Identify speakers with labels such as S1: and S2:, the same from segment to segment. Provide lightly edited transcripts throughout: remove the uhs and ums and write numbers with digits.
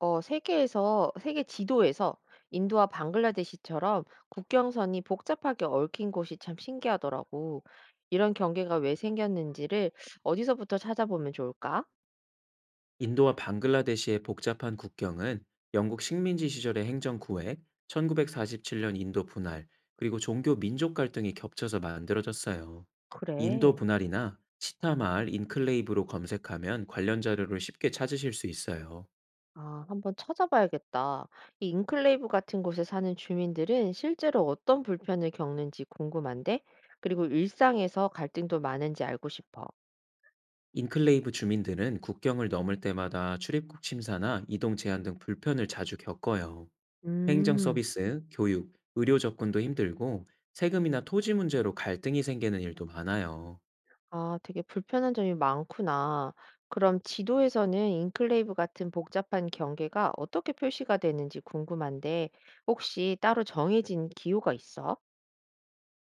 S1: 세계 지도에서 인도와 방글라데시처럼 국경선이 복잡하게 얽힌 곳이 참 신기하더라고. 이런 경계가 왜 생겼는지를 어디서부터 찾아보면 좋을까?
S2: 인도와 방글라데시의 복잡한 국경은 영국 식민지 시절의 행정 구획, 1947년 인도 분할, 그리고 종교 민족 갈등이 겹쳐서 만들어졌어요. 인도
S1: 그래.
S2: 분할이나 치타 마을 인클레이브로 검색하면 관련 자료를 쉽게 찾으실 수 있어요.
S1: 아, 한번 찾아봐야겠다. 이 인클레이브 같은 곳에 사는 주민들은 실제로 어떤 불편을 겪는지 궁금한데, 그리고 일상에서 갈등도 많은지 알고 싶어.
S2: 인클레이브 주민들은 국경을 넘을 때마다 출입국 심사나 이동 제한 등 불편을 자주 겪어요. 행정
S1: 음.
S2: 서비스, 교육, 의료 접근도 힘들고 세금이나 토지 문제로 갈등이 생기는 일도 많아요.
S1: 아, 되게 불편한 점이 많구나. 그럼 지도에서는 인클레이브 같은 복잡한 경계가 어떻게 표시가 되는지 궁금한데, 혹시 따로 정해진 기호가 있어?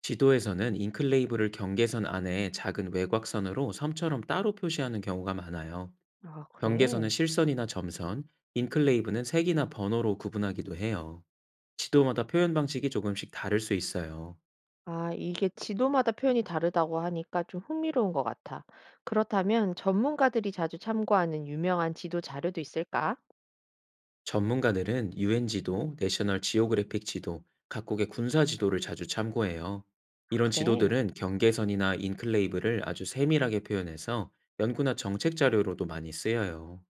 S2: 지도에서는 인클레이브를 경계선 안에 작은 외곽선으로 섬처럼 따로 표시하는 경우가 많아요.
S1: 아,
S2: 경계선은
S1: 그래.
S2: 실선이나 점선, 인클레이브는 색이나 번호로 구분하기도 해요. 지도마다 표현 방식이 조금씩 다를 수 있어요.
S1: 아, 이게 지도마다 표현이 다르다고 하니까 좀 흥미로운 것 같아. 그렇다면 전문가들이 자주 참고하는 유명한 지도 자료도 있을까?
S2: 전문가들은 UN 지도, 내셔널 지오그래픽 지도, 각국의 군사 지도를 자주 참고해요.
S1: 아,
S2: 이런
S1: 그래.
S2: 지도들은 경계선이나 인클레이브를 아주 세밀하게 표현해서 연구나 정책 자료로도 많이 쓰여요.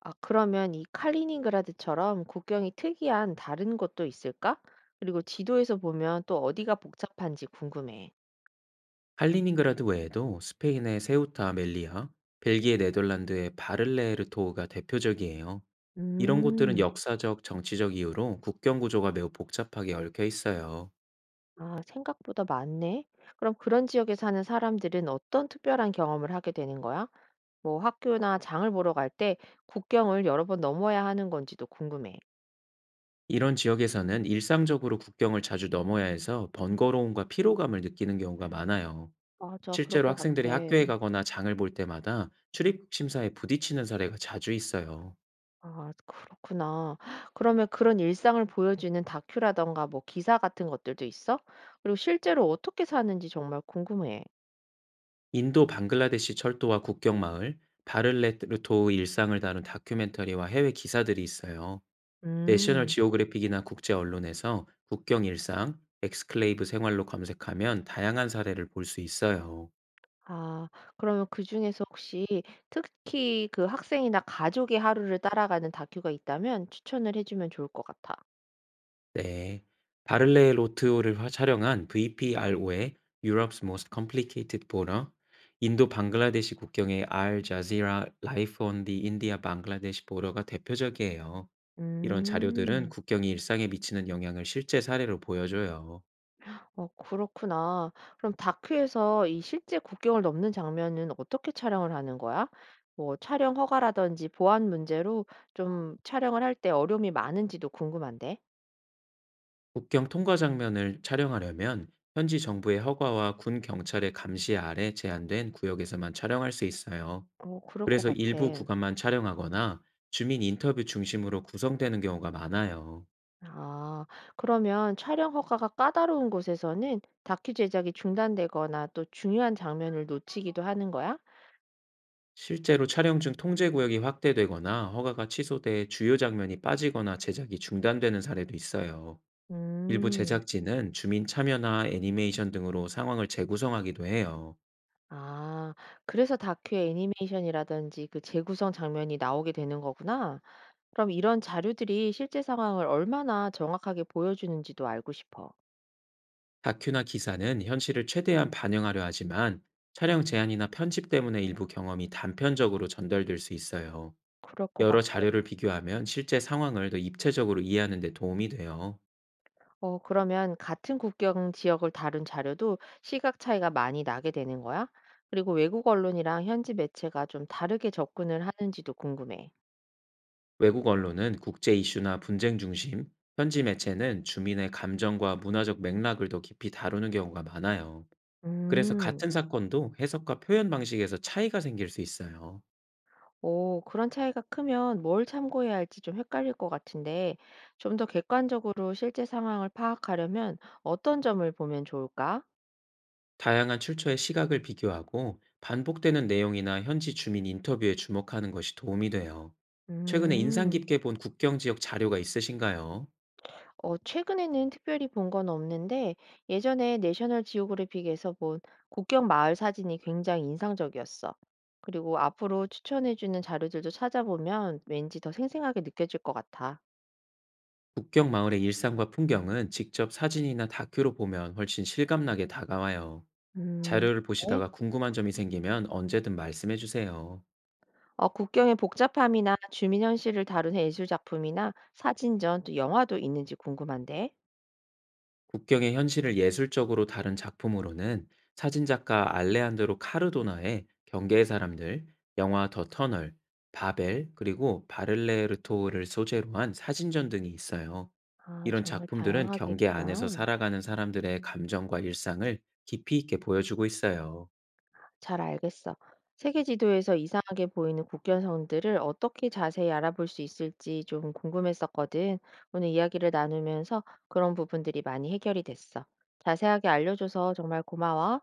S1: 아, 그러면 이 칼리닝그라드처럼 국경이 특이한 다른 곳도 있을까? 그리고 지도에서 보면 또 어디가 복잡한지 궁금해.
S2: 칼리닌그라드 외에도 스페인의 세우타 멜리아 벨기에 네덜란드의 바를레르토가 대표적이에요. 이런 곳들은
S1: 음.
S2: 역사적, 정치적 이유로 국경 구조가 매우 복잡하게 얽혀 있어요.
S1: 아, 생각보다 많네. 그럼 그런 지역에 사는 사람들은 어떤 특별한 경험을 하게 되는 거야? 뭐 학교나 장을 보러 갈 때 국경을 여러 번 넘어야 하는 건지도 궁금해.
S2: 이런 지역에서는 일상적으로 국경을 자주 넘어야 해서 번거로움과 피로감을 느끼는 경우가 많아요.
S1: 맞아. 그럴
S2: 실제로
S1: 것
S2: 학생들이
S1: 같아.
S2: 학교에 가거나 장을 볼 때마다 출입국 심사에 부딪히는 사례가 자주 있어요.
S1: 아, 그렇구나. 그러면 그런 일상을 보여주는 다큐라던가 뭐 기사 같은 것들도 있어? 그리고 실제로 어떻게 사는지 정말 궁금해.
S2: 인도 방글라데시 철도와 국경 마을, 바를레르토의 일상을 다룬 다큐멘터리와 해외 기사들이 있어요. 내셔널
S1: 음.
S2: 지오그래픽이나 국제 언론에서 국경 일상, 엑스클레이브 생활로 검색하면 다양한 사례를 볼 수 있어요.
S1: 아, 그러면 그중에서 혹시 특히 그 학생이나 가족의 하루를 따라가는 다큐가 있다면 추천을 해 주면 좋을 것 같아.
S2: 네. 바를레로트오를 촬영한 VPRO의 Europe's Most Complicated Border, 인도 방글라데시 국경의 알 자지라 라이프 온 디 인디아 방글라데시 보러가 대표적이에요. 이런 자료들은
S1: 음.
S2: 국경이 일상에 미치는 영향을 실제 사례로 보여줘요.
S1: 어, 그렇구나. 그럼 다큐에서 이 실제 국경을 넘는 장면은 어떻게 촬영을 하는 거야? 뭐 촬영 허가라든지 보안 문제로 좀 촬영을 할 때 어려움이 많은지도 궁금한데?
S2: 국경 통과 장면을 촬영하려면 현지 정부의 허가와 군 경찰의 감시 아래 제한된 구역에서만 촬영할 수 있어요.
S1: 어, 그럴 것
S2: 그래서
S1: 같아.
S2: 일부 구간만 촬영하거나 주민 인터뷰 중심으로 구성되는 경우가 많아요.
S1: 아, 그러면 촬영 허가가 까다로운 곳에서는 다큐 제작이 중단되거나 또 중요한 장면을 놓치기도 하는 거야?
S2: 실제로 촬영 중 통제 구역이 확대되거나 허가가 취소돼 주요 장면이 빠지거나 제작이 중단되는 사례도 있어요. 일부
S1: 음.
S2: 제작진은 주민 참여나 애니메이션 등으로 상황을 재구성하기도 해요.
S1: 아, 그래서 다큐 애니메이션이라든지 그 재구성 장면이 나오게 되는 거구나. 그럼 이런 자료들이 실제 상황을 얼마나 정확하게 보여주는지도 알고 싶어.
S2: 다큐나 기사는 현실을 최대한 반영하려 하지만 촬영 제한이나 편집 때문에 일부 경험이 단편적으로 전달될 수 있어요.
S1: 그럴 것
S2: 여러
S1: 같아.
S2: 자료를 비교하면 실제 상황을 더 입체적으로 이해하는 데 도움이 돼요.
S1: 어, 그러면 같은 국경 지역을 다룬 자료도 시각 차이가 많이 나게 되는 거야? 그리고 외국 언론이랑 현지 매체가 좀 다르게 접근을 하는지도 궁금해.
S2: 외국 언론은 국제 이슈나 분쟁 중심, 현지 매체는 주민의 감정과 문화적 맥락을 더 깊이 다루는 경우가 많아요. 그래서
S1: 음.
S2: 같은 사건도 해석과 표현 방식에서 차이가 생길 수 있어요.
S1: 오, 그런 차이가 크면 뭘 참고해야 할지 좀 헷갈릴 것 같은데, 좀 더 객관적으로 실제 상황을 파악하려면 어떤 점을 보면 좋을까?
S2: 다양한 출처의 시각을 비교하고 반복되는 내용이나 현지 주민 인터뷰에 주목하는 것이 도움이 돼요. 최근에 인상
S1: 음.
S2: 깊게 본 국경 지역 자료가 있으신가요?
S1: 어, 최근에는 특별히 본 건 없는데 예전에 내셔널 지오그래픽에서 본 국경 마을 사진이 굉장히 인상적이었어. 그리고 앞으로 추천해 주는 자료들도 찾아보면 왠지 더 생생하게 느껴질 것 같아.
S2: 국경 마을의 일상과 풍경은 직접 사진이나 다큐로 보면 훨씬 실감나게 다가와요.
S1: 음.
S2: 자료를
S1: 네.
S2: 보시다가 궁금한 점이 생기면 언제든 말씀해 주세요.
S1: 어, 국경의 복잡함이나 주민 현실을 다룬 예술 작품이나 사진전 또 영화도 있는지 궁금한데.
S2: 국경의 현실을 예술적으로 다룬 작품으로는 사진작가 알레한드로 카르도나의 경계의 사람들, 영화 더 터널, 바벨, 그리고 바를레르토를 소재로 한 사진전 등이 있어요.
S1: 아,
S2: 이런
S1: 정말
S2: 작품들은
S1: 다양하게
S2: 경계 안에서
S1: 있구나.
S2: 살아가는 사람들의 감정과 일상을 깊이 있게 보여주고 있어요.
S1: 잘 알겠어. 세계 지도에서 이상하게 보이는 국경선들을 어떻게 자세히 알아볼 수 있을지 좀 궁금했었거든. 오늘 이야기를 나누면서 그런 부분들이 많이 해결이 됐어. 자세하게 알려줘서 정말 고마워.